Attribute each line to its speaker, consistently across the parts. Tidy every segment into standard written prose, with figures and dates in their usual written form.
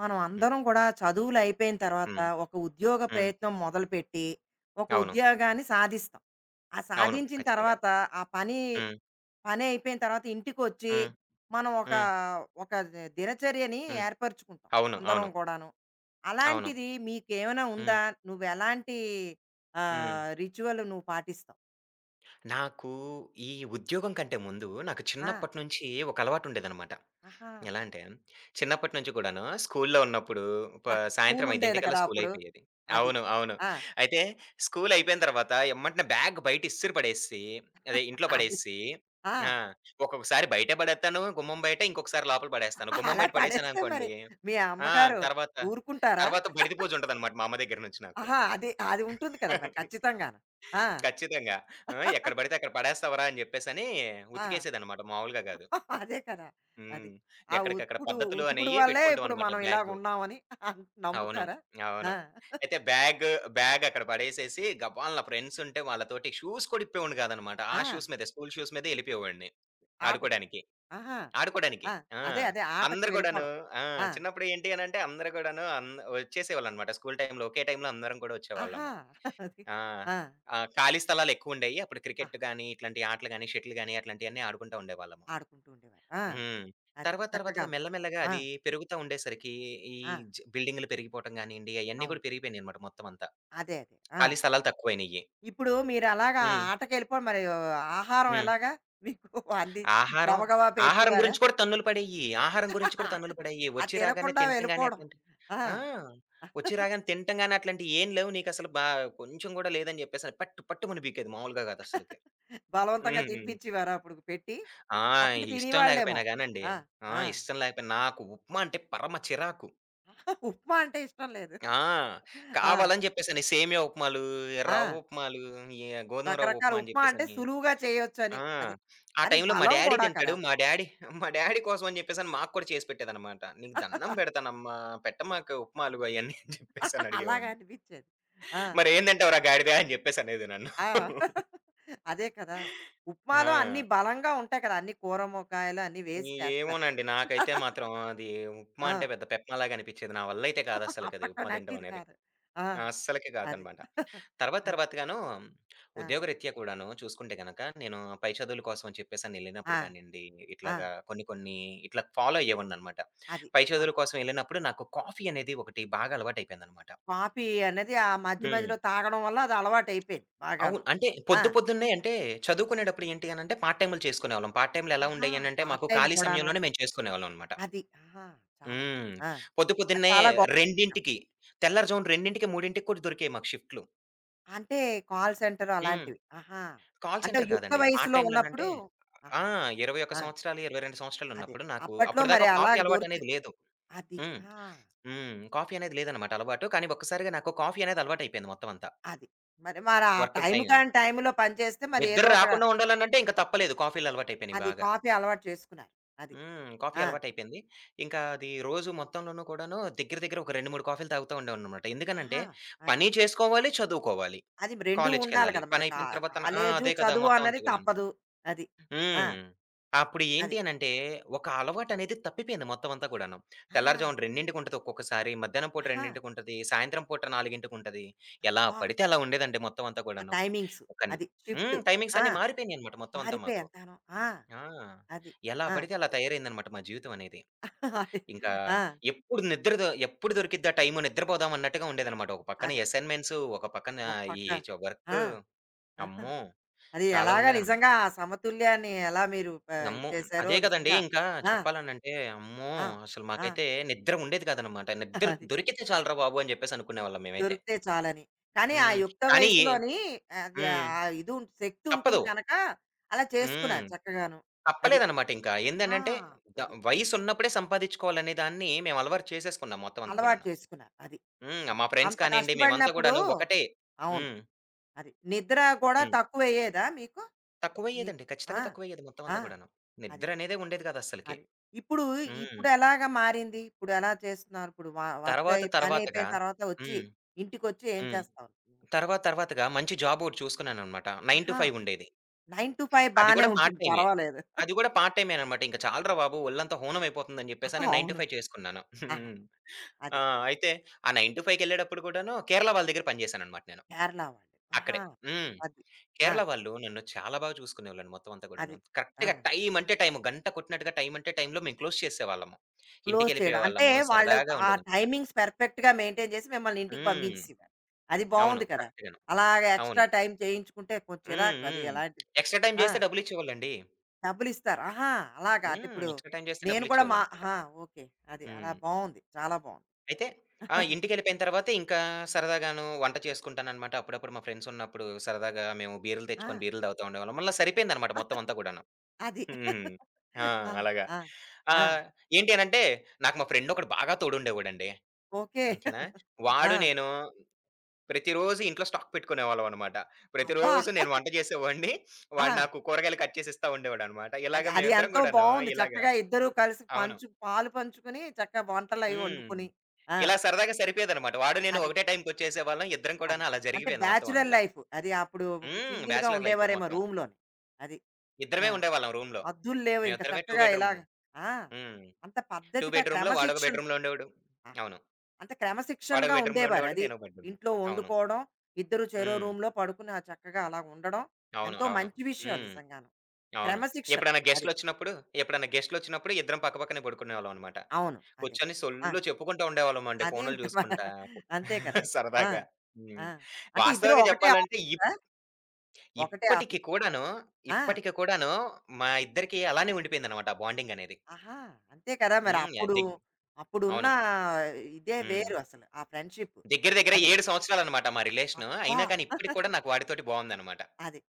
Speaker 1: మనం
Speaker 2: హ్మ్.
Speaker 1: అందరం కూడా చదువులు అయిపోయిన తర్వాత
Speaker 2: హ్మ్.
Speaker 1: ఒక ఉద్యోగ
Speaker 2: హ్మ్.
Speaker 1: ప్రయత్నం మొదలుపెట్టి ఒక
Speaker 2: అవును.
Speaker 1: ఉద్యోగాన్ని సాధిస్తాం. ఆ
Speaker 2: అవును.
Speaker 1: సాధించిన
Speaker 2: ఖచ్చితంగా.
Speaker 1: తర్వాత ఆ పని
Speaker 2: హ్మ్.
Speaker 1: పని అయిపోయిన తర్వాత ఇంటికొచ్చి
Speaker 2: హ్మ్.
Speaker 1: మనం ఒక
Speaker 2: హ్మ్.
Speaker 1: ఒక దినచర్యని
Speaker 2: హ్మ్.
Speaker 1: ఏర్పరుచుకుంటాం
Speaker 2: అవును.
Speaker 1: అందరం
Speaker 2: అవును.
Speaker 1: కూడాను.
Speaker 2: అవును.
Speaker 1: అలాంటిది మీకేమైనా
Speaker 2: హ్మ్.
Speaker 1: ఉందా? నువ్వెలాంటి
Speaker 2: హ్మ్.
Speaker 1: రిచువల్ నువ్వు పాటిస్తావు?
Speaker 2: నాకు ఈ ఉద్యోగం కంటే ముందు నాకు
Speaker 1: ఆ!
Speaker 2: చిన్నప్పటి నుంచి ఒక అలవాటుండేదనమాట.
Speaker 1: ఆహా!
Speaker 2: ఎలా అంటే, చిన్నప్పటి నుంచి కూడాను స్కూల్‌లో ఉన్నప్పుడు ప సాయంత్రం
Speaker 1: స్కూలుండేది
Speaker 2: 5:00కల్లా
Speaker 1: కదా
Speaker 2: స్కూల్
Speaker 1: అప్పుడు.
Speaker 2: అయిపోయేది.
Speaker 1: అది.
Speaker 2: అవును. అవును.
Speaker 1: ఆ!
Speaker 2: అయితే స్కూల్ అయిపోయిన తర్వాత ఎమ్మటనే బ్యాగ్ బయట ఇసిరి పడేసి, అదే ఇంట్లో
Speaker 1: అది.
Speaker 2: పడేసి ఆ!
Speaker 1: ఆ!
Speaker 2: ఒక్కొక్కసారి బయటే పడేత్తాను గుమ్మం బయట, ఇంకొకసారి లోపల పడేస్తాను. గుమ్మం
Speaker 1: అలా
Speaker 2: బయట
Speaker 1: పడేస్తే మరి
Speaker 2: పడేసాననుకోండి
Speaker 1: మీ
Speaker 2: ఆ!
Speaker 1: అమ్మగారు
Speaker 2: తర్వాత,
Speaker 1: ఊరుకుంటారా?
Speaker 2: తర్వాత బడిద పూజ ఉంటదనమాట మా అమ్మ దగ్గర నుంచి నాకు.
Speaker 1: ఆహా! అది అది ఉంటుంది కదా! మరి ఖచ్చితంగాను. ఆ!
Speaker 2: ఖచ్చితంగా. ఆ! ఎక్కడ పడితే అక్కడ పడేస్తావురా అని చెప్పేసని
Speaker 1: ఆ!
Speaker 2: ఉతికేసేదనమాట మామూలుగా కాదు.
Speaker 1: అదే కదా! అది.
Speaker 2: హ్మ్.
Speaker 1: ఆ
Speaker 2: ఎక్కడికక్కడ
Speaker 1: ఉతుకుడు
Speaker 2: పద్ధతులు
Speaker 1: ఉతుకుడు
Speaker 2: అనేయి
Speaker 1: వల్లే ఇప్పుడు
Speaker 2: పెట్టుకుంటామనమాట
Speaker 1: మనం
Speaker 2: బ్యాగు.
Speaker 1: ఇలాగున్నామని
Speaker 2: అవును.
Speaker 1: నమ్ముతారా? ఆ!
Speaker 2: అవును. అయితే బ్యాగ్ అక్కడ పడేసేసి గబాల్న ఫ్రెండ్స్ ఉంటే వాళ్ళతోటి షూస్ కూడా ఇప్పేవాడిని కాదనమాట. ఆ
Speaker 1: ఆ!
Speaker 2: షూస్ మీదే స్కూల్ షూస్ మీదే ఎళ్ళిపోయేవాడిని.
Speaker 1: ఆటకి.
Speaker 2: ఆడుకోడానికి.
Speaker 1: ఆహా!
Speaker 2: ఆడుకోడానికి.
Speaker 1: ఆ!
Speaker 2: ఆ!
Speaker 1: అదే ఆటకి
Speaker 2: అందరూ కూడాను
Speaker 1: వెళ్ళిపోవడం.
Speaker 2: ఆ!
Speaker 1: ఆ!
Speaker 2: చిన్నప్పుడు ఏంటి అనంటే అందరూ కూడాను వచ్చేసేవాళ్ళనమాట. స్కూల్ టైమ్‌లో ఒకే టైమ్‌లో అందరం కూడా
Speaker 1: ఆహా!
Speaker 2: వచ్చేవాళ్ళము.
Speaker 1: అది.
Speaker 2: ఆ!
Speaker 1: ఆ!
Speaker 2: ఆ! ఖాళీ స్థలాలు ఎక్కువుండేయి. అప్పుడు క్రికెట్
Speaker 1: ఆహా!
Speaker 2: గాని, ఇట్లాంటి ఆటలు గాని, షటిల్ గాని అట్లాంటియన్నీ ఆడుకుంటా ఉండేవాళ్ళము.
Speaker 1: ఆడుకుంటూ ఉండేవారు. ఆ!
Speaker 2: హ్మ్.
Speaker 1: అది
Speaker 2: తర్వాత తర్వాతగా
Speaker 1: చక్కగాను.
Speaker 2: మెల్ల మెల్లగా
Speaker 1: ఆ!
Speaker 2: అది పెరుగుతా ఉండేసరికి ఈ
Speaker 1: ఆ!
Speaker 2: బిల్డింగ్‌లు పెరిగిపోవటం గానియండి, అయన్నీ
Speaker 1: అవును.
Speaker 2: కూడా పెరిగిపోయినాయన్నమాట మొత్తం అంతా.
Speaker 1: అదే. ఆ!
Speaker 2: ఖాళీ స్థలాలు తక్కువయినియి.
Speaker 1: ఇప్పుడు మీరలాగా
Speaker 2: హ్మ్.
Speaker 1: ఆటకెళ్ళిపోయి మరి ఆహారం
Speaker 2: హ్మ్.
Speaker 1: ఎలాగా? మీకు అంది
Speaker 2: ఆహారం,
Speaker 1: గబగబా
Speaker 2: ఆహారం
Speaker 1: పెట్టేవారా?
Speaker 2: గురించి కూడా తన్నులు పడేయి. ఆహారం గురించి కూడా తన్నులు పడేయి.
Speaker 1: అది
Speaker 2: వచ్చి రాగానే
Speaker 1: తినకుండా
Speaker 2: తినటం గాని
Speaker 1: వెళ్ళిపోవడం.
Speaker 2: అట్లాంటి
Speaker 1: ఆ!
Speaker 2: ఆ! వచ్చి రాగానే తినటం గాని అట్లాంటియి ఏం లేవు నీకసలు కొంచెం కూడా లేదని చెప్పేసని పట్టు పట్టుమని పీకేది మామూలుగా కాదు అస్సలకి.
Speaker 1: బలవంతంగా
Speaker 2: హ్మ్.
Speaker 1: తినిపించేవారా అప్పుడు పెట్టి?
Speaker 2: ఆ!
Speaker 1: అప్పుడు
Speaker 2: ఇష్టం
Speaker 1: తినేవాళ్ళేమో.
Speaker 2: లేకపోయినా గానండి.
Speaker 1: ఆ!
Speaker 2: ఆ!
Speaker 1: ఆ!
Speaker 2: ఇష్టం లేకపోయినా నాకు ఉప్మా అంటే పరమ చిరాకు.
Speaker 1: ఉప్మా అంటే ఇష్టం లేదు.
Speaker 2: ఆ!
Speaker 1: ఆ!
Speaker 2: కావాలని జెప్పేసని సేమియా ఉప్మాలు, రవ్వ
Speaker 1: ఆ!
Speaker 2: ఉప్మాలు, ఈ గోధుమ రవ్వ
Speaker 1: రకరకాల
Speaker 2: ఉప్మా అని
Speaker 1: ఉప్మా అంటే
Speaker 2: జెప్పేసని.
Speaker 1: సులువుగా చేయొచ్చని.
Speaker 2: ఆ!
Speaker 1: అది.
Speaker 2: ఆ
Speaker 1: అది
Speaker 2: టైంలో మా
Speaker 1: బలం
Speaker 2: డ్యాడీ
Speaker 1: గూడా
Speaker 2: తింటాడు.
Speaker 1: కదా!
Speaker 2: మా డ్యాడీ కోసం అని జెప్పేసని మాకు కూడా చేసి పెట్టేదనమాట. "నీకు దండం పెడతానమ్మా! పెట్టమాకు ఉప్మాలు అయన్నీ" అని జెప్పేసని
Speaker 1: అలాగా
Speaker 2: అడిగేవాడిని.
Speaker 1: అనిపించేది. ఆ!
Speaker 2: "మరేం తింటావురా గాడిద" అని జెప్పేసనేది నన్ను.
Speaker 1: ఆ! అదే కదా! ఉప్మాలో అన్నీ
Speaker 2: ఆ!
Speaker 1: బలంగా ఉంటాయి కదా! అన్ని కూర మొకాయలు అన్నీ వేసి
Speaker 2: ఈ
Speaker 1: చేస్తారు.
Speaker 2: ఏమోనండి. నాకైతే మాత్రం అది ఉప్మా
Speaker 1: ఆ!
Speaker 2: అంటే పెద్ద పెప్మలాగా అనిపిచ్చేది. నా వల్లైతే కాదస్సలకది
Speaker 1: అప్పట్లో
Speaker 2: ఉప్మా తినటం
Speaker 1: నచ్చేది
Speaker 2: అనేది.
Speaker 1: కాదు. ఆ!
Speaker 2: అస్సలకి
Speaker 1: అది.
Speaker 2: కాదనమాట. తర్వాత తర్వాతగాను
Speaker 1: ఆ! ఆ!
Speaker 2: ఉద్యోగరీత్యా కూడాను చూసుకుంటే గనక, నేను పై చదువుల కోసం అని చెప్పేసని
Speaker 1: ఆ!
Speaker 2: ఎళ్ళినప్పుడు కానియండి,
Speaker 1: ఆ!
Speaker 2: ఇట్లాగా కొన్ని కొన్ని ఇట్లా ఫాలో అయ్యేవాడిననమాట.
Speaker 1: అది.
Speaker 2: పై
Speaker 1: ఆ!
Speaker 2: చదువుల కోసం ఎళ్ళినప్పుడు నాకు కాఫీ అనేది ఒకటి బాగా అలవాటయిపోయిందనమాట.
Speaker 1: కాఫీ అనేది ఆ మధ్య
Speaker 2: హ్మ్.
Speaker 1: మధ్యలో తాగడం వల్ల అది అలవాటయిపోయింది
Speaker 2: అవును.
Speaker 1: బాగాను.
Speaker 2: అంటే
Speaker 1: ఆ!
Speaker 2: పొద్దు పొద్దున్నే అంటే చదువుకునేటప్పుడు ఏంటి అనంటే పార్ట్ టైములు చేసుకునేవాళ్ళం. పార్ట్ టైములు ఎలా
Speaker 1: ఆహా!
Speaker 2: ఉండేయనంటే
Speaker 1: పార్ట్
Speaker 2: మాకు
Speaker 1: టైమ్
Speaker 2: ఖాళీ
Speaker 1: కూడాను.
Speaker 2: సమయంలోనే మేము చేసుకునేవాళ్ళం అనమాట.
Speaker 1: అది. ఆహా! చాలా
Speaker 2: హ్మ్.
Speaker 1: ఆ!
Speaker 2: పొద్దు
Speaker 1: అది
Speaker 2: పొద్దున్నే
Speaker 1: చాలా గొప్ప విషయం.
Speaker 2: 2కి తెల్లారుజామున 2, 3 కూడా దొరికాయి మాకు షిఫ్ట్‌లు.
Speaker 1: అంటే కాల్ సెంటర్
Speaker 2: హ్మ్.
Speaker 1: అలాంటివి. ఆహా!
Speaker 2: కాల్
Speaker 1: అంటే
Speaker 2: సెంటర్
Speaker 1: యుక్త
Speaker 2: కాదండి. పార్ట్
Speaker 1: వయస్సులో
Speaker 2: టైమ్‌లనంటే
Speaker 1: ఉన్నప్పుడు
Speaker 2: ఆ!
Speaker 1: ఆహా!
Speaker 2: 21
Speaker 1: ఆ!
Speaker 2: సంవత్సరాలు, 22
Speaker 1: అదే.
Speaker 2: సంవత్సరాలున్నప్పుడు నాకు
Speaker 1: అప్పట్లో మరి
Speaker 2: అప్పటిదాకా కాఫీ
Speaker 1: అలాగ దొరికి
Speaker 2: అలవాటనేది లేదు.
Speaker 1: అది.
Speaker 2: హ్మ్.
Speaker 1: ఆ!
Speaker 2: హ్మ్. కాఫీ అనేది లేదనమాట అలవాటు. కానీ ఒక్కసారిగా నాకు కాఫీ అనేది అలవాటయిపోయింది మొత్తం అంతా.
Speaker 1: అది. మరి మరి ఆ
Speaker 2: వర్క్
Speaker 1: టైం
Speaker 2: టైమ్.
Speaker 1: కాని టైంలో పని చేస్తే మరి
Speaker 2: నిద్ర
Speaker 1: ఏదో ఒక
Speaker 2: రాకుండా ఉండాలనంటే ఇంక తప్పలేదు. కాఫీలు అలవాటయిపోయినియి
Speaker 1: అది
Speaker 2: బాగా.
Speaker 1: కాఫీ అలవాటు చేసుకున్నారు. అది.
Speaker 2: హ్మ్. కాఫీ
Speaker 1: ఆ!
Speaker 2: అలవాటయిపోయింది. ఇంకా అది రోజు మొత్తంలోనూ కూడాను దగ్గర దగ్గర ఒక 2, 3 కాఫీలు తాగుతా ఉండేవాడిననమాట. ఎందుకనంటే
Speaker 1: ఆహా! అది.
Speaker 2: పని చేసుకోవాలి, చదువుకోవాలి.
Speaker 1: అది 2 ఉండాలి
Speaker 2: కాలేజ్‌కెళ్ళాలి.
Speaker 1: కదా! మరి
Speaker 2: పనయిపోయిన తర్వాత ఆ!
Speaker 1: కాలేజు,
Speaker 2: అదే కదా!
Speaker 1: చదువు
Speaker 2: మొత్తం
Speaker 1: అన్నది
Speaker 2: అంతా గూడాను.
Speaker 1: తప్పదు. అది. ఆ!
Speaker 2: హ్మ్. అప్పుడు ఏంటి
Speaker 1: అది.
Speaker 2: అనంటే, ఒక అలవాటనేది తప్పిపోయింది మొత్తం అంతా కూడాను.
Speaker 1: ఆ!
Speaker 2: తెల్లారుజామున 2కి ఒక్కొక్కసారి, మధ్యాహ్నం పూట
Speaker 1: ఆహా!
Speaker 2: 2కి సాయంత్రం పూట 4కి ఎలా
Speaker 1: అబ్బా!
Speaker 2: పడితే అలా ఉండేదండి మొత్తం అంతా
Speaker 1: ఆ
Speaker 2: కూడాను.
Speaker 1: టైమింగ్స్.
Speaker 2: ఒక
Speaker 1: అది. షిఫ్ట్‌లు.
Speaker 2: హ్మ్. టైమింగ్స్
Speaker 1: ఆ!
Speaker 2: అన్నీ మారిపోయినాయనమాట మొత్తం అంతా
Speaker 1: మారిపోయాయి
Speaker 2: మాకు.
Speaker 1: ఎంతాను. ఆ!
Speaker 2: ఆ!
Speaker 1: అది.
Speaker 2: ఎలా
Speaker 1: ఆ!
Speaker 2: పడితే అలా తయారైందనమాట మా జీవితం అనేది.
Speaker 1: అది.
Speaker 2: ఇంకా
Speaker 1: ఆ!
Speaker 2: ఎప్పుడు దొరికిద్దా టైము నిద్రపోదాం అన్నట్టుగా ఉండేదనమాట. ఒక పక్కన
Speaker 1: అది.
Speaker 2: అసైన్‌మెంట్స్, ఒక పక్కన
Speaker 1: ఒక పక్క
Speaker 2: వర్కు.
Speaker 1: ఆ!
Speaker 2: అమ్మో!
Speaker 1: అది
Speaker 2: చాలా
Speaker 1: ఎలాగా
Speaker 2: ఉండేదనమాట.
Speaker 1: నిజంగా ఆ సమతుల్యాన్ని ఎలా మీరు
Speaker 2: అమ్మో!
Speaker 1: చేశారో
Speaker 2: అదే కదండీ!
Speaker 1: నిజంగా
Speaker 2: ఇంకా
Speaker 1: ఆ,
Speaker 2: చెప్పాలనంటే, అమ్మో!
Speaker 1: ఆ,
Speaker 2: అసలు
Speaker 1: ఆ,
Speaker 2: మాకైతే నిద్ర ఉండేది కాదనమాట. నిద్ర
Speaker 1: అది
Speaker 2: దొరికితే చాలురా బాబు! అని చెప్పేసి అనుకునేవాళ్ళం మేమైతే.
Speaker 1: దొరికితే చాలని కానీ ఆ
Speaker 2: హ్మ్.
Speaker 1: యుక్త
Speaker 2: కానీ
Speaker 1: వయసులోని అది
Speaker 2: హ్మ్.
Speaker 1: ఆ ఇది శక్తి
Speaker 2: తప్పదు.
Speaker 1: ఉంటుంది కనుక అలా
Speaker 2: హ్మ్.
Speaker 1: చేసుకున్నారు చక్కగాను అది
Speaker 2: తప్పలేదనమాట ఇంకా.
Speaker 1: ఆ,
Speaker 2: ఏందనంటే, ద
Speaker 1: అది
Speaker 2: వయసున్నప్పుడే సంపాదించుకోవాలనే దాన్ని మేము అలవాటు చేసేసుకున్నాం మొత్తం అంతా
Speaker 1: అలవాటు
Speaker 2: కూడాను.
Speaker 1: చేసుకున్నారు అది
Speaker 2: హ్మ్. మా
Speaker 1: అప్పుడు
Speaker 2: ఫ్రెండ్స్
Speaker 1: అంత
Speaker 2: కానియండి, మేమంతా
Speaker 1: కష్టపడినప్పుడు
Speaker 2: కూడాను ఒకటే
Speaker 1: అవును
Speaker 2: హ్మ్.
Speaker 1: అది నిద్ర కూడా
Speaker 2: హ్మ్.
Speaker 1: తక్కువ అయ్యేదా మీకు నీకు
Speaker 2: తక్కువయ్యేదండి.
Speaker 1: ఆ,
Speaker 2: ఖచ్చితంగా తక్కువయ్యేది మొత్తం
Speaker 1: ఆ,
Speaker 2: అంతా కూడాను.
Speaker 1: అది
Speaker 2: నిద్ర అనేదే ఉండేది కాదస్సలకి.
Speaker 1: అది. ఇప్పుడు,
Speaker 2: హ్మ్.
Speaker 1: ఇప్పుడు ఎలాగా మారింది? ఇప్పుడు ఎలా చేస్తున్నారు? ఇప్పుడు వర్క్
Speaker 2: తర్వాత
Speaker 1: అయి పని
Speaker 2: తర్వాతగా
Speaker 1: అయిపోయిన తర్వాత వచ్చి,
Speaker 2: హ్మ్.
Speaker 1: ఇంటికొచ్చి ఏం
Speaker 2: హ్మ్.
Speaker 1: చేస్తావు? నువ్వు?
Speaker 2: తర్వాత తర్వాతగా మంచి జాబ్ ఒకటి చూసుకున్నాననమాట.
Speaker 1: ఆహా!
Speaker 2: 9-5 ఉండేది.
Speaker 1: 9-5
Speaker 2: అది
Speaker 1: బానే
Speaker 2: కూడా పార్ట్
Speaker 1: ఉంటుంది.
Speaker 2: టైమే.
Speaker 1: పర్వాలేదు.
Speaker 2: అది కూడా పార్ట్ టైమేననమాట. ఇంక చాలురా బాబు! ఒళ్ళంతా హూనమైపోతుందని
Speaker 1: ఆహా,
Speaker 2: జెప్పేసని
Speaker 1: అవును.
Speaker 2: 9-5 చేసుకున్నాను.
Speaker 1: ఆహా!
Speaker 2: హ్మ్. ఆ!
Speaker 1: అది.
Speaker 2: అయితే ఆ 9-5కెళ్ళేటప్పుడు కూడాను కేరళ వాళ్ళ దగ్గర పని జేశాననమాట నేను.
Speaker 1: కేరళ వాళ్ళు. ఆహా!
Speaker 2: అక్కడే. హ్మ్.
Speaker 1: అది. ఆ!
Speaker 2: కేరళ వాళ్ళు నన్ను చాలా బాగా చూసుకునేవాళ్ళండి మొత్తం అంతా
Speaker 1: అది.
Speaker 2: గూడాను.
Speaker 1: ఆ!
Speaker 2: కరెక్ట్‌గా టైమ్ అంటే టైమ్ గంట కొట్టినట్టుగా టైమ్ అంటే టైమ్‌లో మేము క్లోజ్ చేసేవాళ్ళము.
Speaker 1: క్లోజ్ చేయడం. అంటే
Speaker 2: ఇంటికెళ్ళిపోయేవాళ్ళము.
Speaker 1: వాళ్ళు
Speaker 2: సరదాగా
Speaker 1: ఆ
Speaker 2: ఉండేదనమాట.
Speaker 1: టైమింగ్స్ పర్ఫెక్ట్‌గా మెయింటైన్ చేసి మిమ్మల్ని ఇంటికి
Speaker 2: హ్మ్.
Speaker 1: పంపించేసేవారు. అది
Speaker 2: అవును.
Speaker 1: బావుంది కదా!
Speaker 2: కరెక్ట్‌గాను.
Speaker 1: అలాగా
Speaker 2: అవును.
Speaker 1: ఎక్స్‌ట్రా టైమ్ చేయించుకుంటే కొంచెం
Speaker 2: హ్మ్.
Speaker 1: చిరాకు అది
Speaker 2: హ్మ్.
Speaker 1: ఎలాంటిది.
Speaker 2: ఎక్స్‌ట్రా టైమ్
Speaker 1: ఆ!
Speaker 2: జేస్తే డబ్బులిచ్చేవాళ్ళండి.
Speaker 1: డబ్బులిస్తారు. ఆహా! అలాగా. అంటే
Speaker 2: హ్మ్.
Speaker 1: ఇప్పుడు
Speaker 2: ఎక్స్‌ట్రా టైమ్ చేస్తే
Speaker 1: నేను కూడా మా
Speaker 2: డబ్బులిచ్చేవాళ్ళనమాట.
Speaker 1: ఆహా! ఓకే. అది అలా
Speaker 2: హ్మ్.
Speaker 1: బావుంది. చాలా బావుంది.
Speaker 2: అయితే ఆ! ఇంటికెళ్ళిపోయిన తర్వాత ఇంకా సరదాగాను వంట చేసుకుంటాననమాట. అప్పుడప్పుడు మా ఫ్రెండ్స్ ఉన్నప్పుడు సరదాగా మేము బీరులు
Speaker 1: ఆ!
Speaker 2: తెచ్చుకొని బీరులు తాగుతా ఉండేవాళ్ళం. మళ్ళా సరిపోయిందనమాట మొత్తం అంతా కూడాను.
Speaker 1: అది.
Speaker 2: హ్మ్. ఆ!
Speaker 1: ఆ!
Speaker 2: అలాగా.
Speaker 1: ఆ! ఆ!
Speaker 2: ఆహ్, ఏంటి అనంటే నాకు మా ఫ్రెండొకడు బాగా తోడుండేవాడండి.
Speaker 1: ఓకే.
Speaker 2: ఓకేనా.
Speaker 1: ఆ!
Speaker 2: వాడు నేను ప్రతిరోజు ఇంట్లో స్టాక్ పెట్టుకునేవాళ్ళమనమాట.
Speaker 1: అబ్బా!
Speaker 2: ప్రతిరోజు నేను వంట చేసేవాడిని. వాడు
Speaker 1: ఆ!
Speaker 2: నాకు కూరగాయలు కట్ చేసి ఇస్తా ఉండేవాడనమాట.
Speaker 1: అది
Speaker 2: ఇలాగ
Speaker 1: అది
Speaker 2: మేమిద్దరం
Speaker 1: ఎంతో
Speaker 2: కూడాను
Speaker 1: బావుంది.
Speaker 2: ఇలాగ
Speaker 1: చక్కగా ఇద్దరూ కలిసి
Speaker 2: అవును.
Speaker 1: పంచు పాలు పంచుకొని చక్కగా వంటలవి
Speaker 2: హ్మ్.
Speaker 1: వండుకొని. ఆ!
Speaker 2: ఇలా సరదాగా సరిపోయేదనమాట. వాడు నేను
Speaker 1: అది.
Speaker 2: ఒకటే టైంకొచ్చేసేవాళ్ళం. ఇద్దరం
Speaker 1: అది.
Speaker 2: కూడాను అలా
Speaker 1: అంటే
Speaker 2: జరిగిపోయేది మొత్తం
Speaker 1: బ్యాచలర్
Speaker 2: అంతా.
Speaker 1: లైఫ్. అది అప్పుడు
Speaker 2: హ్మ్.
Speaker 1: సింగిల్‌గా
Speaker 2: బ్యాచిలర్ లైఫ్
Speaker 1: ఉండేవారేమో
Speaker 2: మొత్తం.
Speaker 1: రూమ్‌లోని. అది. ఆ!
Speaker 2: ఇద్దరమే ఉండేవాళ్ళం రూమ్‌లో.
Speaker 1: హద్దులు లేవు. ఇంక
Speaker 2: మేమిద్దరమే 2
Speaker 1: చక్కగా
Speaker 2: బెడ్ రూమ్.
Speaker 1: ఇలాగ ఆ!
Speaker 2: హ్మ్.
Speaker 1: అంత
Speaker 2: 2
Speaker 1: పద్ధతిగా
Speaker 2: బెడ్ రూమ్‌లో వాడొక
Speaker 1: క్రమశిక్షణ
Speaker 2: బెడ్ రూమ్‌లో ఉండేవాడు.
Speaker 1: ఆహా!
Speaker 2: అవును.
Speaker 1: అంటే
Speaker 2: వాడొక
Speaker 1: క్రమశిక్షణగా
Speaker 2: బెడ్ రూమ్‌లో
Speaker 1: ఉండేవారు.
Speaker 2: ఉండేవాడు.
Speaker 1: అది.
Speaker 2: నేనొక బెడ్ రూమ్.
Speaker 1: ఇంట్లో
Speaker 2: అవును.
Speaker 1: వండుకోవడం, ఇద్దరు చెరో
Speaker 2: హ్మ్.
Speaker 1: రూమ్‌లో పడుకుని ఆ చక్కగా అలా ఉండడం
Speaker 2: అవును.
Speaker 1: ఎంతో
Speaker 2: అవును.
Speaker 1: మంచి విషయం
Speaker 2: హ్మ్.
Speaker 1: నిజంగాను.
Speaker 2: అవును.
Speaker 1: క్రమశిక్షణ.
Speaker 2: ఎప్పుడైనా
Speaker 1: అది.
Speaker 2: గెస్ట్‌లొచ్చినప్పుడు ఎప్పుడైనా గెస్ట్‌లొచ్చినప్పుడు ఇద్దరం పక్క పక్కనే పడుకునేవాళ్ళం అనమాట.
Speaker 1: అవును. అదే
Speaker 2: కూర్చొని
Speaker 1: కదా! ఆ!
Speaker 2: సొల్లు చెప్పుకుంటా ఉండేవాళ్ళమండి
Speaker 1: అదే
Speaker 2: ఫోనులు
Speaker 1: ఇంక
Speaker 2: చూసుకుంటా.
Speaker 1: అంతే కదా! ఆ!
Speaker 2: సరదాగా. హ్మ్.
Speaker 1: ఆ! అంటే ఇద్దరు
Speaker 2: వాస్తవంగా
Speaker 1: ఒకటే
Speaker 2: చెప్పాలంటే
Speaker 1: ఆఫీసా? ఒకటే
Speaker 2: ఇప్పటికి
Speaker 1: ఆఫీస్.
Speaker 2: కూడాను,
Speaker 1: ఆ!
Speaker 2: ఇప్పటికి కూడాను మా ఇద్దరికీ అలానే ఉండిపోయిందనమాట ఆ బాండింగ్ అనేది.
Speaker 1: ఆహా! అంతే కదా! మరి
Speaker 2: హ్మ్.
Speaker 1: అప్పుడు, అప్పుడున్న
Speaker 2: అవును.
Speaker 1: ఇదే
Speaker 2: హ్మ్.
Speaker 1: వేరు అసలు. ఆ ఫ్రెండ్‌షిప్.
Speaker 2: దగ్గర దగ్గర
Speaker 1: అది.
Speaker 2: 7 సంవత్సరాలనమాట మా రిలేషను.
Speaker 1: అబ్బా!
Speaker 2: అయినా కానీ ఇప్పటికి కూడా నాకు వాడితోటి బావుందనమాట.
Speaker 1: అది.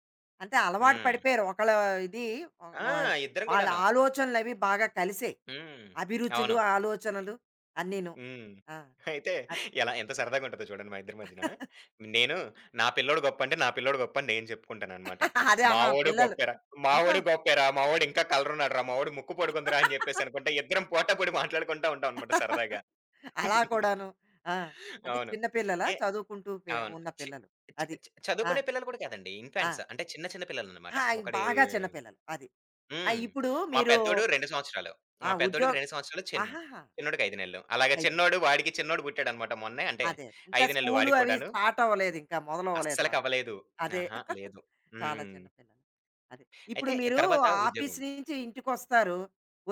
Speaker 1: అంటే అలవాటు
Speaker 2: హ్మ్.
Speaker 1: పడిపోయారు. ఒకళ్ళ ఇది వ
Speaker 2: ఆ!
Speaker 1: వ
Speaker 2: ఇద్దరం
Speaker 1: వాళ్ళ
Speaker 2: కూడాను.
Speaker 1: ఆలోచనలవి బాగా కలిసాయి.
Speaker 2: హ్మ్.
Speaker 1: అభిరుచులు,
Speaker 2: అవును.
Speaker 1: ఆలోచనలు అన్నీను.
Speaker 2: హ్మ్.
Speaker 1: ఆ!
Speaker 2: అయితే
Speaker 1: అద్
Speaker 2: ఎలా ఎంత సరదాగా ఉంటదో చూడండి మా ఇద్దరి మధ్యన. నేను నా పిల్లోడు గొప్పని నేను చెప్పుకుంటాననమాట.
Speaker 1: అదే. ఆహా!
Speaker 2: మావోడు
Speaker 1: పిల్లలు.
Speaker 2: గొప్పేరా,
Speaker 1: ఆహా!
Speaker 2: మావోడు గొప్పేరా, మావోడు ఇంకా కలరున్నాడురా, మావోడు ముక్కు పొడుగుందిరా అని చెప్పేసి అనుకుంటే ఇద్దరం పోటాపోటీ మాట్లాడుకుంటా ఉంటామనమాట సరదాగా.
Speaker 1: అలా కూడాను. ఆ! అంటే
Speaker 2: అవును.
Speaker 1: చిన్న పిల్లలా?
Speaker 2: ఏ
Speaker 1: చదువుకుంటూ
Speaker 2: అవును.
Speaker 1: ఉన్న
Speaker 2: చి
Speaker 1: పిల్లలు.
Speaker 2: చి
Speaker 1: అది.
Speaker 2: చి-
Speaker 1: ఆ!
Speaker 2: చదువుకునే పిల్లలు కూడా కాదండి.
Speaker 1: ఆ!
Speaker 2: ఇన్‌ఫాంట్స్ అంటే చిన్న చిన్న పిల్లలనమాట.
Speaker 1: ఆ! బాగా చిన్న పిల్లలు. అది. ఆ!
Speaker 2: హ్మ్.
Speaker 1: ఇప్పుడు
Speaker 2: మా
Speaker 1: మీరు
Speaker 2: పెద్దోడు 2 సంవత్సరాలు.
Speaker 1: ఆ!
Speaker 2: మా పెద్దోడికి 2 సంవత్సరాలు.
Speaker 1: ఆహాహా!
Speaker 2: చిన్నోడికి 5 నెలలు. అలాగా
Speaker 1: 5:30 అదే.
Speaker 2: చిన్నోడు పుట్టాడనమాట మొన్నే. అంటే
Speaker 1: అదే. ఇంకా
Speaker 2: 5 నెలలు
Speaker 1: స్కూలు
Speaker 2: వాడికి
Speaker 1: అవి
Speaker 2: కూడాను.
Speaker 1: స్టార్ట్ అవ్వలేదు. ఇంకా మొదలవ్వలేదు
Speaker 2: అస్సలకి
Speaker 1: వాళ్ళకి.
Speaker 2: అవ్వలేదు.
Speaker 1: అదే.
Speaker 2: అహా! లేదు.
Speaker 1: చాలా
Speaker 2: హ్మ్.
Speaker 1: చిన్న పిల్లలు. అది. ఇప్పుడు
Speaker 2: అయితే
Speaker 1: మీరు
Speaker 2: తర్వాత
Speaker 1: ఆఫీస్
Speaker 2: ఉద్యోగం.
Speaker 1: నుంచి ఇంటికొస్తారు.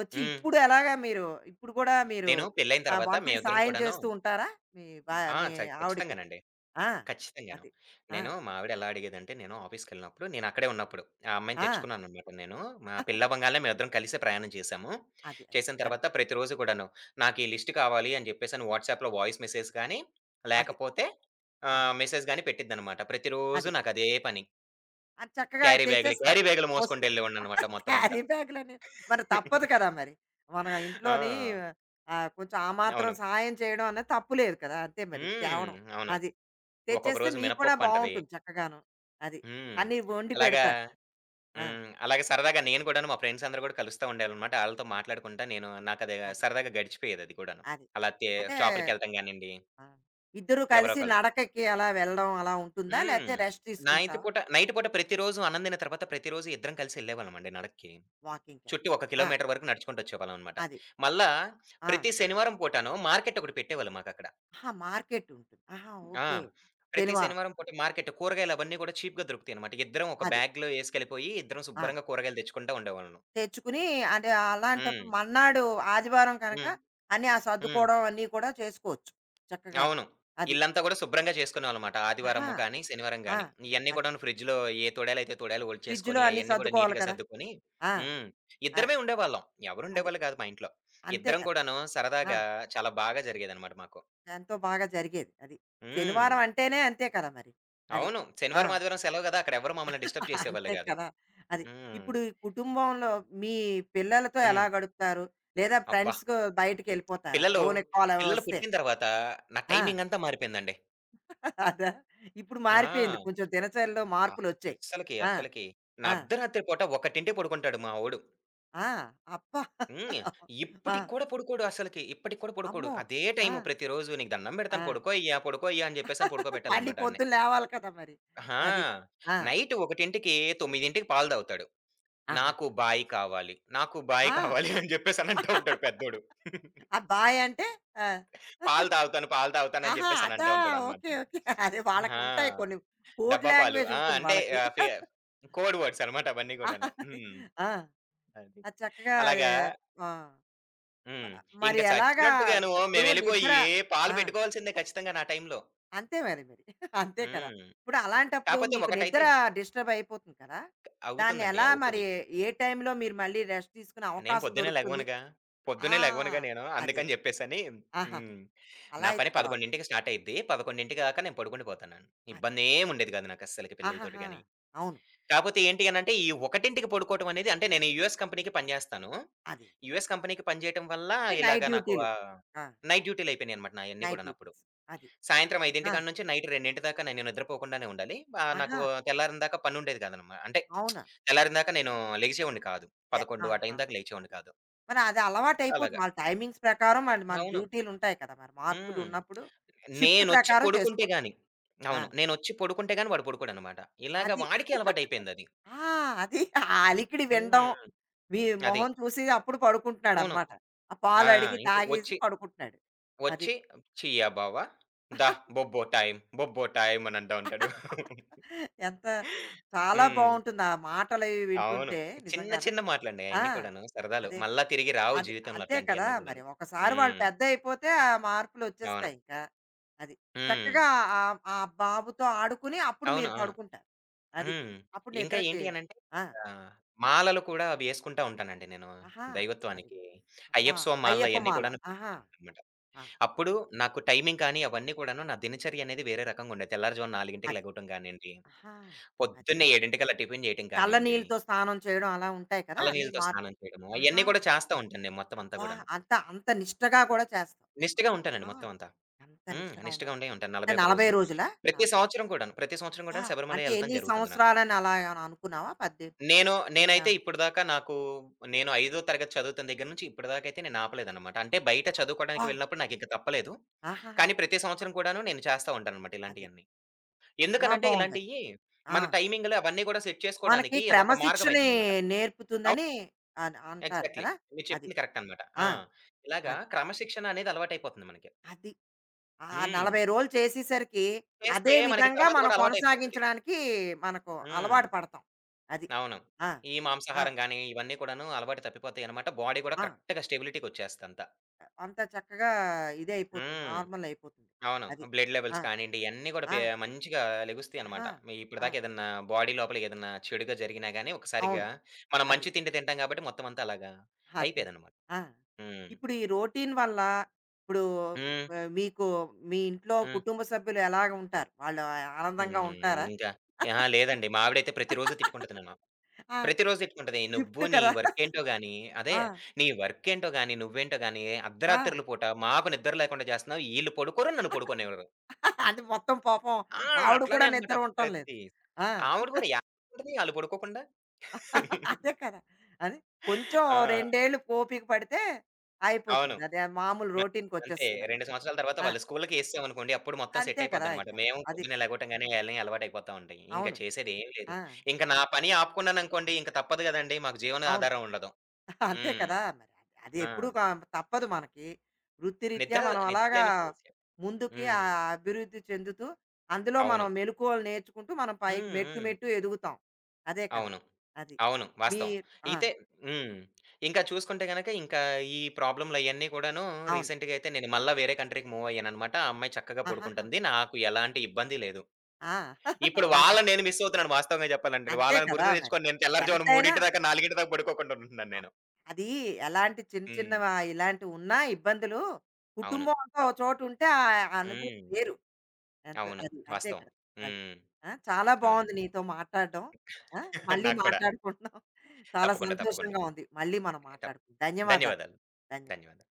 Speaker 1: వచ్చి
Speaker 2: హ్మ్.
Speaker 1: ఇప్పుడు ఎలాగా మీరు ఇప్పుడు కూడా మీరు
Speaker 2: నేను పెళ్లయిన తర్వాత
Speaker 1: వంటకి
Speaker 2: మేమిద్దరం
Speaker 1: సాయం
Speaker 2: కూడాను
Speaker 1: చేస్తూ ఉంటారా?
Speaker 2: ఆ!
Speaker 1: మీ ఆవిడకి?
Speaker 2: ఖచ్చితంగానండి.
Speaker 1: ఆ!
Speaker 2: ఖచ్చితంగాను.
Speaker 1: అది. ఆ!
Speaker 2: మా ఆవిడ ఎలా అడిగేదంటే, నేను అక్కడే ఉన్నప్పుడు, ఆ అమ్మాయిని
Speaker 1: ఆ!
Speaker 2: తెచ్చుకున్నాననమాట నేను. మా పెళ్లవ్వంగాల్నే మేమిద్దరం కలిసే ప్రయాణం చేశాము.
Speaker 1: అది. అది.
Speaker 2: చేసిన తర్వాత
Speaker 1: కరెక్ట్.
Speaker 2: ప్రతిరోజు కూడాను, నాకు ఈ లిస్ట్ కావాలి అని చెప్పేసని వాట్సాప్‌లో వాయిస్ మెసేజ్ గానీ,
Speaker 1: అది.
Speaker 2: లేకపోతే
Speaker 1: ఆ!
Speaker 2: మెసేజ్ గానీ పెట్టిద్దనమాట. ప్రతిరోజు
Speaker 1: అది.
Speaker 2: నాకదే పని.
Speaker 1: అని చక్కగా తెచ్చేస్తారు
Speaker 2: క్యారీ బ్యాగులు
Speaker 1: వస్తువు.
Speaker 2: మోసుకుంటెళ్ళేవాడిననమాట మొత్తం అంతా.
Speaker 1: క్యారీ బ్యాగ్‌లని మరి తప్పదు కదా! మరి. మన
Speaker 2: ఆ!
Speaker 1: ఇంట్లోని కొంచెం ఆ మాత్రం
Speaker 2: అవును.
Speaker 1: సహాయం చేయడం అనేది తప్పు లేదు కదా! అంతే మరి
Speaker 2: హ్మ్.
Speaker 1: తేవడం.
Speaker 2: అవును.
Speaker 1: అది.
Speaker 2: ఒక్కొక్క
Speaker 1: తెచ్చేస్తే
Speaker 2: రోజు
Speaker 1: మీకు కూడా
Speaker 2: మినపప్పంటది.
Speaker 1: బావుంటుంది చక్కగాను. అది.
Speaker 2: హ్మ్.
Speaker 1: అన్నీ వండి
Speaker 2: అలాగా
Speaker 1: పెడతారు. ఆ!
Speaker 2: హ్మ్. అలాగే సరదాగా నేను కూడాను మా ఫ్రెండ్స్ అందరూ గూడా కలుస్తా ఉండేవాళ్ళనమాట. ఆళ్ళతో మాట్లాడుకుంటా నాకది
Speaker 1: అది.
Speaker 2: సరదాగా గడిచిపోయేదది కూడాను.
Speaker 1: అది.
Speaker 2: అలా తే
Speaker 1: అంటే
Speaker 2: షాపులకెళ్ళటం గానియండి,
Speaker 1: ఆ! ఇద్దరూ
Speaker 2: ఎవరో
Speaker 1: కలిసి
Speaker 2: ఒకళ్ళు
Speaker 1: నడకకి అలా వెళ్ళడం అలా ఉంటుందా?
Speaker 2: హ్మ్.
Speaker 1: లేతే రెస్ట్ తీసుకుంటావా?
Speaker 2: నైట్ పూట ప్రతిరోజు అన్నం తిన్న తర్వాత ప్రతిరోజు ఇద్దరం కలిసి ఎళ్ళేవాళ్ళమండి నడక్కి. చుట్టూ
Speaker 1: వాకింగ్‌కెళ్తాం.
Speaker 2: 1
Speaker 1: ఆ!
Speaker 2: కిలోమీటర్ వరకు నడుచుకుంటూ వచ్చేవాళ్ళమనమాట.
Speaker 1: అది.
Speaker 2: మళ్ళా
Speaker 1: ఆ!
Speaker 2: ప్రతి శనివారం పూటను మార్కెట్ ఒకటి పెట్టేవాళ్ళు మాకక్కడ.
Speaker 1: ఆహా! మార్కెట్ ఉంటుంది. ఆహా!
Speaker 2: ఆ!
Speaker 1: ఓకే.
Speaker 2: ప్రతి
Speaker 1: శనివారం.
Speaker 2: శనివారం పూట మార్కెట్ కూరగాయలవన్నీ గూడా చీప్‌గా దొరుకుతాయనమాట. ఇద్దరం ఒక
Speaker 1: అది.
Speaker 2: బ్యాగ్‌లో యేసుకెళ్ళిపోయి ఇద్దరం
Speaker 1: ఆ!
Speaker 2: శుభ్రంగా కూరగాయలు తెచ్చుకుంటా ఉండేవాళ్ళం.
Speaker 1: తెచ్చుకుని అంటే
Speaker 2: హ్మ్.
Speaker 1: అలాంటప్పుడు మన్నాడు ఆదివారం కనుక
Speaker 2: హ్మ్.
Speaker 1: అన్నీ ఆ
Speaker 2: హ్మ్.
Speaker 1: సర్దుకోవడం అన్నీ కూడా చేసుకోవచ్చు చక్కగాను.
Speaker 2: అవును.
Speaker 1: అది.
Speaker 2: ఇల్లంతా గూడా శుభ్రంగా చేసుకునేవాళ్ళమాట.
Speaker 1: ఆహా!
Speaker 2: ఆదివారము కానీ, శనివారం
Speaker 1: ఆ!
Speaker 2: గానీ, ఇయన్నీ
Speaker 1: అది.
Speaker 2: కూడాను ఫ్రిడ్జ్‌లో ఏ తోడేలైతే తోడేలు
Speaker 1: ఫ్రిడ్జ్‌లో
Speaker 2: ఒలిచేసుకొని,
Speaker 1: అన్నీ
Speaker 2: అయన్నీ గూడా
Speaker 1: సర్దుకోవాలి
Speaker 2: నీట్‌గా
Speaker 1: కదా!
Speaker 2: సర్దుకొని
Speaker 1: ఆ!
Speaker 2: హ్మ్.
Speaker 1: ఆ!
Speaker 2: ఇద్దరమే ఉండేవాళ్ళం. ఎవరు
Speaker 1: అది.
Speaker 2: ఉండేవాళ్ళు కాదు మా ఇంట్లో.
Speaker 1: అంతే
Speaker 2: ఇద్దరం
Speaker 1: కదా!
Speaker 2: కూడాను
Speaker 1: ఆ!
Speaker 2: సరదాగా చాలా బాగా జరిగేదనమాట మాకు.
Speaker 1: ఎంతో బాగా జరిగేది. అది.
Speaker 2: హ్మ్.
Speaker 1: శనివారం అంటేనే అంతే కదా మరి. అది.
Speaker 2: అవును.
Speaker 1: ఆ!
Speaker 2: శనివారం, ఆదివారం సెలవు గదా! అక్కడెవరు మమ్మల్ని డిస్టర్బ్
Speaker 1: అంతే
Speaker 2: చేసేవాళ్ళు గాదు.
Speaker 1: కదా! అది.
Speaker 2: హ్మ్.
Speaker 1: ఇప్పుడు ఈ కుటుంబంలో మీ పిల్లలతో
Speaker 2: హ్మ్.
Speaker 1: ఎలా గడుపుతారు? లేదా
Speaker 2: అబ్బా!
Speaker 1: ఫ్రెండ్స్‌కు బయటికెళ్ళిపోతారా?
Speaker 2: పిల్లలు,
Speaker 1: ఫోన్ కాల్ ఏమైనా
Speaker 2: పిల్లలు
Speaker 1: వస్తే?
Speaker 2: పుట్టిన తర్వాత నా
Speaker 1: ఆ!
Speaker 2: టైమింగంతా మారిపోయిందండి.
Speaker 1: అదా! ఇప్పుడు మారిపోయింది.
Speaker 2: ఆ!
Speaker 1: కొంచెం దినచర్యలో
Speaker 2: ఆ!
Speaker 1: మార్పులొచ్చాయి. ఆ!
Speaker 2: అస్సలకి. నా
Speaker 1: ఆ!
Speaker 2: అర్ధరాత్రి పూట 1కి పడుకుంటాడు మా వోడు.
Speaker 1: ఆ! అబ్బా!
Speaker 2: హ్మ్.
Speaker 1: ఆ!
Speaker 2: ఇప్పటికి కూడా పడుకోడు అసలకి. ఇప్పటికి కూడా పడుకోడు.
Speaker 1: అమ్మో!
Speaker 2: అదే
Speaker 1: ఆ!
Speaker 2: టైము ప్రతిరోజు. నీకు దండం
Speaker 1: ఆ!
Speaker 2: పెడతాను పడుకోయ్యా అని చెప్పేసని
Speaker 1: మళ్ళీ
Speaker 2: పడుకోబెట్టాలనమాట ఆడిని.
Speaker 1: పొద్దున్న లేవాలి కదా! మరి.
Speaker 2: ఆహా!
Speaker 1: అది. ఆ!
Speaker 2: నైట్ 1:00కి, 9:00కి పాలు తాగుతాడు.
Speaker 1: ఆహా!
Speaker 2: నాకు బాయి
Speaker 1: ఆ!
Speaker 2: కావాలి అని చెప్పేసని అంటా ఉంటాడు పెద్దోడు.
Speaker 1: ఆ! బాయ్ అంటే ఆ!
Speaker 2: పాలు తాగుతాను అని
Speaker 1: ఆహా!
Speaker 2: చెప్పేసని
Speaker 1: అదా!
Speaker 2: అంటా ఉంటాడనమాట.
Speaker 1: ఓకే. ఓకే. అదే వాళ్ళకుంటాయి
Speaker 2: ఆ!
Speaker 1: కొన్ని కోడ్
Speaker 2: డబ్బా పాలు.
Speaker 1: లాంగ్వేజ్
Speaker 2: ఆ!
Speaker 1: ఉంటుంది
Speaker 2: అంటే
Speaker 1: వాళ్ళకి.
Speaker 2: ఆహ్, ఫే కోడ్ వర్డ్స్ అనమాట అవన్నీ
Speaker 1: ఆహా!
Speaker 2: కూడాను.
Speaker 1: అది.
Speaker 2: హ్మ్.
Speaker 1: ఆ!
Speaker 2: అది.
Speaker 1: అది చక్కగా అది
Speaker 2: అలాగా
Speaker 1: ఆ!
Speaker 2: హ్మ్.
Speaker 1: మరి
Speaker 2: ఇంక
Speaker 1: ఎలాగా
Speaker 2: చచ్చినట్టుగాను
Speaker 1: ఇప్పుడు నిద్ర
Speaker 2: మేమెళ్ళిపోయి పాలు
Speaker 1: ఆ!
Speaker 2: పెట్టుకోవాల్సిందే ఖచ్చితంగా నా టైంలో.
Speaker 1: అంతే మరి మరి. అంతే కదా!
Speaker 2: హ్మ్.
Speaker 1: ఇప్పుడు అలాంటప్పుడు
Speaker 2: కాపోతే
Speaker 1: మీకు నిద్ర
Speaker 2: ఒకటైతే
Speaker 1: డిస్టర్బ్ అయిపోతుంది కదా! దాన్ని
Speaker 2: అవుతుందండి.
Speaker 1: ఎలా మరి
Speaker 2: అవుతది.
Speaker 1: ఏ టైంలో మీరు మళ్ళీ రెస్ట్ తీసుకునే
Speaker 2: నేను
Speaker 1: అవకాశం
Speaker 2: పొద్దున్నే
Speaker 1: దొరుకుతుంది?
Speaker 2: లెగవనుగా.
Speaker 1: ఆ!
Speaker 2: పొద్దున్నే లెగవనుగా నేను.
Speaker 1: అదే.
Speaker 2: అందుకని
Speaker 1: అదే.
Speaker 2: జెప్పేసని
Speaker 1: ఆహాహా!
Speaker 2: హ్మ్.
Speaker 1: అలా
Speaker 2: నా
Speaker 1: అయితే
Speaker 2: పని
Speaker 1: పర్వాలేదు.
Speaker 2: 11కి స్టార్ట్ అయిద్ది. 11 దాకా నేను పడుకుండిపోతాను నేను.
Speaker 1: అది.
Speaker 2: ఇబ్బందేముండేది గాదు నాకస్సలకి పిల్లలతోటి
Speaker 1: ఆహాహా!
Speaker 2: గాని.
Speaker 1: అవును.
Speaker 2: కాపోతే ఏంటి అనంటే, ఈ 1కి పడుకోవటం అనేది అంటే నేను యూఎస్ కంపెనీకి పని జేస్తాను.
Speaker 1: అదే.
Speaker 2: యూఎస్ కంపెనీకి పని జేయటం వల్ల
Speaker 1: అంటే
Speaker 2: ఇలాగ
Speaker 1: నైట్
Speaker 2: నాకు
Speaker 1: డ్యూటీలు. ఆ!
Speaker 2: నైట్ డ్యూటీలయిపోయినాయనమాట నాయన్నీ
Speaker 1: నైట్
Speaker 2: కూడానప్పుడు.
Speaker 1: డ్యూటీస్. అది.
Speaker 2: సాయంత్రం 5:00
Speaker 1: ఆ!
Speaker 2: కాడ నుంచి నైట్ 2:00 దాకా నేను నిద్రపోకుండానే ఉండాలి. ఆహ్, నాకు
Speaker 1: ఆహా!
Speaker 2: తెల్లారిన దాకా పనుండేది కాదనమా అంటే
Speaker 1: అవునా!
Speaker 2: తెల్లారిన దాకా నేను లెగిసేవాడిని కాదు.
Speaker 1: లే
Speaker 2: 11 ఆ
Speaker 1: ఆహా!
Speaker 2: టైం దాకా లేచేవాడిని
Speaker 1: అది.
Speaker 2: కాదు.
Speaker 1: మరి అది అలవాటయిపోతుంది.
Speaker 2: అలాగా.
Speaker 1: వాళ్ళ టైమింగ్స్ ప్రకారం వాళ్ళు మన
Speaker 2: అవును.
Speaker 1: డ్యూటీలుంటాయి కదా! మరి
Speaker 2: హ్మ్.
Speaker 1: మార్పులున్నప్పుడు షిఫ్ట్
Speaker 2: నేనొచ్చి
Speaker 1: ప్రకారం
Speaker 2: పడుకుంటే
Speaker 1: చేసుకోవడం.
Speaker 2: గాని
Speaker 1: ఆ!
Speaker 2: అవును. నేనొచ్చి పడుకుంటే గాని వాడు పడుకోడనమాట. ఇలాగ
Speaker 1: అది.
Speaker 2: వాడికి అలవాటయిపోయిందది.
Speaker 1: ఆ! అది ఆ అలికిడి
Speaker 2: హ్మ్. అది.
Speaker 1: వినడం, మీ
Speaker 2: అదే
Speaker 1: మొహం చూసి అప్పుడు
Speaker 2: అవును.
Speaker 1: పడుకుంటున్నాడనమాట. ఆ
Speaker 2: ఆ!
Speaker 1: పాలడిగి
Speaker 2: ఇంక
Speaker 1: తాగేసి పడుకుంటున్నాడు. అది.
Speaker 2: వచ్చి "చియా బావ, దా బొబ్బో టైం" అని అంటా ఉంటాడు.
Speaker 1: ఎంత చాలా
Speaker 2: హ్మ్.
Speaker 1: బావుంటుంది ఆ మాటలవి
Speaker 2: అవును.
Speaker 1: వింటుంటే
Speaker 2: చిన్న
Speaker 1: నిజంగాను.
Speaker 2: చిన్న మాటలండి
Speaker 1: ఆ!
Speaker 2: అయన్నీ కూడాను సరదాలు.
Speaker 1: అదే.
Speaker 2: మళ్ళా తిరిగి రావు
Speaker 1: అది
Speaker 2: జీవితంలో
Speaker 1: అంతే కదా!
Speaker 2: అట్లాంటియన్నీ కూడాను.
Speaker 1: మరి ఒకసారి వాళ్ళు
Speaker 2: హ్మ్.
Speaker 1: పెద్దయిపోతే ఆ
Speaker 2: అవును.
Speaker 1: మార్పులొచ్చేస్తాయి ఇంకా. అది.
Speaker 2: హ్మ్.
Speaker 1: చక్కగా ఆ ఆ బాబుతో ఆడుకుని అప్పుడు
Speaker 2: అవును.
Speaker 1: మీరు
Speaker 2: అవును.
Speaker 1: పడుకుంటారు. అది.
Speaker 2: హ్మ్.
Speaker 1: అప్పుడు
Speaker 2: ఇంకా
Speaker 1: నిద్రకి
Speaker 2: ఏంటి అనంటే
Speaker 1: ఆ!
Speaker 2: ఆహ్, మాలలు కూడా అవి యేసుకుంటా ఉంటానండి నేను
Speaker 1: ఆహా! అది.
Speaker 2: దైవత్వానికి.
Speaker 1: అబ్బా!
Speaker 2: అయ్యప్ప స్వామి మాలలు అయన్నీ
Speaker 1: అయ్యప్పమాల.
Speaker 2: కూడాను
Speaker 1: ఆహా!
Speaker 2: వేసుకుంటాననమాట.
Speaker 1: ఆ!
Speaker 2: అప్పుడు నాకు టైమింగ్ కానీ అవన్నీ కూడాను నా దినచర్య అనేది వేరే రకంగుండేది. తెల్లారుజామున 4కి
Speaker 1: అది.
Speaker 2: లెగవటం కానియండి,
Speaker 1: ఆహా! అది.
Speaker 2: పొద్దున్నే 7కల్లా టిఫిన్ చేయటం
Speaker 1: చల్ల
Speaker 2: కానియండి,
Speaker 1: నీళ్ళతో స్నానం చేయడం అలా ఉంటాయి కదా!
Speaker 2: చల్ల
Speaker 1: అన్నీ
Speaker 2: నీళ్ళతో స్నానం చేయడము అయన్నీ
Speaker 1: ఆహా!
Speaker 2: కూడా చేస్తా ఉంటాను నేను మొత్తం అంతా
Speaker 1: అబ్బా!
Speaker 2: కూడాను.
Speaker 1: అంత అంత నిష్టగా కూడా చేస్తావు.
Speaker 2: నిష్టగా ఉంటానండి
Speaker 1: ఆ!
Speaker 2: మొత్తం అంతా.
Speaker 1: ఎంత
Speaker 2: హ్మ్.
Speaker 1: నిష్టగా
Speaker 2: నిష్టగా
Speaker 1: ఉండడం.
Speaker 2: ఉండే ఉంటాను
Speaker 1: అంటే
Speaker 2: 41
Speaker 1: 40
Speaker 2: రోజులు.
Speaker 1: రోజులా? 40
Speaker 2: ప్రతి సంవత్సరం
Speaker 1: ఆ!
Speaker 2: కూడాను శబరిమల
Speaker 1: అంటే
Speaker 2: యెళ్తాం
Speaker 1: ఎన్ని
Speaker 2: జరుగుతుంది నాకు.
Speaker 1: సంవత్సరాలని అలా ఏమైనా అనుకున్నావా? 18
Speaker 2: నేను
Speaker 1: కదా!
Speaker 2: నేనైతే ఇప్పటిదాకా నాకు నేను ఐదో తరగతి చదువుతున్న దగ్గర నుంచి ఇప్పటిదాకా అయితే నేను ఆపలేదన్నమాట. అంటే బయట
Speaker 1: ఆ!
Speaker 2: చదువుకోవడానికి వెళ్ళినప్పుడు నాకింక తప్పలేదు.
Speaker 1: ఆహా!
Speaker 2: కానీ ప్రతి సంవత్సరం కూడాను నేను చేస్తా ఉంటానన్నమాట
Speaker 1: అది.
Speaker 2: ఇలాంటియన్నీ.
Speaker 1: చాలా
Speaker 2: ఎందుకనంటే
Speaker 1: బావుందది.
Speaker 2: ఇలాంటియి
Speaker 1: ఆ!
Speaker 2: మన టైమింగ్‌లు అవన్నీ కూడా సెట్
Speaker 1: మనకి
Speaker 2: చేసుకోవడానికి అదొక మార్గం
Speaker 1: క్రమశిక్షణే
Speaker 2: అయిద్దనమాట. అవును.
Speaker 1: నేర్పుతుందని అంటారు
Speaker 2: ఎగ్జాక్ట్‌లీ.
Speaker 1: కదా!
Speaker 2: మీరు
Speaker 1: అది.
Speaker 2: చెప్పింది కరెక్ట్ అనమాట. ఆ!
Speaker 1: ఆ!
Speaker 2: ఇలాగా
Speaker 1: అది.
Speaker 2: క్రమశిక్షణ అనేది అలవాటైపోతుంది మనకి.
Speaker 1: అది. ఆ
Speaker 2: హ్మ్.
Speaker 1: 40 రోజులు చేసేసరికి
Speaker 2: చేస్తే
Speaker 1: అదే
Speaker 2: మనకి
Speaker 1: విధంగా
Speaker 2: తర్వాత
Speaker 1: మనం
Speaker 2: కూడా అలవాటైపోతది.
Speaker 1: కొనసాగించడానికి మనకు
Speaker 2: హ్మ్.
Speaker 1: అలవాటు పడతాం. అది.
Speaker 2: అవును.
Speaker 1: ఆ!
Speaker 2: ఈ
Speaker 1: ఆ!
Speaker 2: మాంసాహారం గాని, ఇవన్నీ కూడాను అలవాటు తప్పిపోతాయనమాట. బాడీ గూడా
Speaker 1: ఆ!
Speaker 2: కరెక్ట్‌గా స్టెబిలిటీకొచ్చేస్తంత.
Speaker 1: అంత చక్కగా ఇదే అయిపోతుంది.
Speaker 2: హ్మ్.
Speaker 1: నార్మల్ అయిపోతుంది.
Speaker 2: అవును.
Speaker 1: అది.
Speaker 2: బ్లడ్
Speaker 1: ఆ!
Speaker 2: లెవెల్స్ కానియండి, ఇయన్నీ గూడా
Speaker 1: ఆ!
Speaker 2: మంచిగా లెగుస్తాయనమాట.
Speaker 1: ఆహా!
Speaker 2: మీ
Speaker 1: ఆ!
Speaker 2: ఇప్పటిదాకా ఏదన్నా బాడీ లోపల ఏదన్నా చెడుగా జరిగినా గాని,
Speaker 1: అవును.
Speaker 2: ఒకసారిగా మనం
Speaker 1: అదే.
Speaker 2: మంచి తిండి తింటాం గాబట్టి, మొత్తం అంతా అలాగా
Speaker 1: అదే.
Speaker 2: అయిపోయేదనమాట.
Speaker 1: ఆ!
Speaker 2: హ్మ్.
Speaker 1: ఇప్పుడు ఈ రొటీన్ వల్ల ఇప్పుడు
Speaker 2: హ్మ్.
Speaker 1: మీకు మీ ఇంట్లో
Speaker 2: హ్మ్.
Speaker 1: కుటుంబ సభ్యులు ఎలాగ ఉంటారు? వాళ్ళు ఆనందంగా
Speaker 2: హ్మ్.
Speaker 1: ఉంటారా?
Speaker 2: ఇంకా అహా! లేదండి. మా ఆవిడైతే ప్రతిరోజు తిట్టుకుంటది నన్ను.
Speaker 1: ఆ!
Speaker 2: ప్రతిరోజు ఇట్లుంటది. నువ్వు
Speaker 1: షిఫ్ట్లు
Speaker 2: నీ
Speaker 1: కదా!
Speaker 2: వర్కేంటో గాని అదే
Speaker 1: ఆ!
Speaker 2: నీ వర్కేంటో గాని, నువ్వేంటో గాని
Speaker 1: ఆ!
Speaker 2: అర్ధరాత్రుల పూట మాకు నిద్ర లేకుండా చేస్తున్నావు. ఈళ్ళు పడుకోరు, నన్ను పడుకోనివ్వరు.
Speaker 1: అది మొత్తం పాపం
Speaker 2: ఆ!
Speaker 1: ఆవిడ
Speaker 2: అట్లానే
Speaker 1: కూడా
Speaker 2: అనమాట
Speaker 1: నిద్ర ఉండటం లేదు. ఆ!
Speaker 2: ఆవిడ గూడా యాడుంటది ఆళ్ళు పడుకోకుండా.
Speaker 1: అదే కదా! అది కొంచెం
Speaker 2: ఆ!
Speaker 1: రెండేళ్ళు ఓపిక పడితే
Speaker 2: అవును.
Speaker 1: అయిపోతుంది. అదే మామూలు
Speaker 2: అంతే 2
Speaker 1: రొటీన్‌కొచ్చేస్తుందప్పుడు.
Speaker 2: సంవత్సరాల తర్వాత
Speaker 1: ఆ!
Speaker 2: వాళ్ళ స్కూల్‌లకి ఎసేసామనుకోండి అప్పుడు మొత్తం సెట్
Speaker 1: అంతే కదా!
Speaker 2: అయిపోద్దనమాట.
Speaker 1: ఇంకా.
Speaker 2: మేము
Speaker 1: అది.
Speaker 2: పొద్దున్నే లెగవటం గాని అయన్నీ అలవాటయిపోతా ఉంటాయి. ఇంక
Speaker 1: అవును.
Speaker 2: చేసేది ఏం లేదు.
Speaker 1: ఆ!
Speaker 2: ఇంక నా
Speaker 1: అ
Speaker 2: పని ఆపుకున్నాననుకోండి ఇంక తప్పదు గదండీ! మాకు
Speaker 1: అవును.
Speaker 2: జీవనాధారం ఉండదు.
Speaker 1: అంతే
Speaker 2: హ్మ్.
Speaker 1: కదా! మరి. అది
Speaker 2: ఆ!
Speaker 1: ఎప్పుడూ తప్పదు మనకి. వృత్తిరీత్యా
Speaker 2: నిద్ర
Speaker 1: మనం అలాగా
Speaker 2: నిద్రలేమి సమస్య
Speaker 1: ముందుకి
Speaker 2: హ్మ్.
Speaker 1: అభివృద్ధి చెందుతూ, అందులో
Speaker 2: అవును.
Speaker 1: మనం మెలుకువలు నేర్చుకుంటూ మనం పైకి
Speaker 2: హ్మ్.
Speaker 1: మెట్టు
Speaker 2: హ్మ్.
Speaker 1: మెట్టు ఎదుగుతాం. అదే కదా!
Speaker 2: అవును.
Speaker 1: అది.
Speaker 2: అవును. వాస్తవం.
Speaker 1: మీరు ఆ!
Speaker 2: అయితే హ్మ్. ఇంకా చూసుకుంటే గనక ఇంకా ఈ ప్రాబ్లమ్‌లయన్నీ కూడాను
Speaker 1: అవును.
Speaker 2: రీసెంట్‌గా అయితే నేను మళ్ళా వేరే కంట్రీకి మూవ్ అయ్యాననమాట. ఆ అమ్మాయి చక్కగా
Speaker 1: ఆహాహా!
Speaker 2: పడుకుంటుంది. నాకు ఎలాంటి ఇబ్బంది లేదు.
Speaker 1: ఆ!
Speaker 2: ఇప్పుడు
Speaker 1: అలా కూడా
Speaker 2: వాళ్ళని నేను మిస్ అవుతున్నాను వాస్తవంగా చెప్పాలంటే.
Speaker 1: అంతే
Speaker 2: వాళ్ళని
Speaker 1: కదా!
Speaker 2: గుర్తు
Speaker 1: మరి.
Speaker 2: తెచ్చుకొని నేను తెల్లారుజామున
Speaker 1: ఎంతైనా
Speaker 2: 3:00 దాకా 4:00 దాకా పడుకోకుండా ఉంటున్నాను
Speaker 1: అ
Speaker 2: నేను.
Speaker 1: అది ఎలాంటి చిన్న
Speaker 2: హ్మ్.
Speaker 1: చిన్నవా ఇలాంటివున్నా ఇబ్బందులు,
Speaker 2: అవును.
Speaker 1: కుటుంబం అంతా ఒక చోటుంటే ఆ అనుభూతి
Speaker 2: హ్మ్.
Speaker 1: వేరు. అంతే
Speaker 2: అవును.
Speaker 1: అది. అంతే
Speaker 2: వాస్తవం.
Speaker 1: కదా! అది.
Speaker 2: హ్మ్.
Speaker 1: ఆ! చాలా బావుంది
Speaker 2: అవునండి.
Speaker 1: నీతో మాట్లాడడం. ఆ! మళ్ళీ
Speaker 2: నాకు కూడా.
Speaker 1: మాట్లాడుకుంటున్నాం. చాలా
Speaker 2: తప్పకుండా.
Speaker 1: సంతోషంగా ఉంది. మళ్ళీ మనం
Speaker 2: తప్
Speaker 1: మాట్లాడుకుందాం. ధన్యవాదాలు.
Speaker 2: ధన్యవాదాలు.
Speaker 1: ధన్యవాదాలు.
Speaker 2: ధన్యవాదాలు.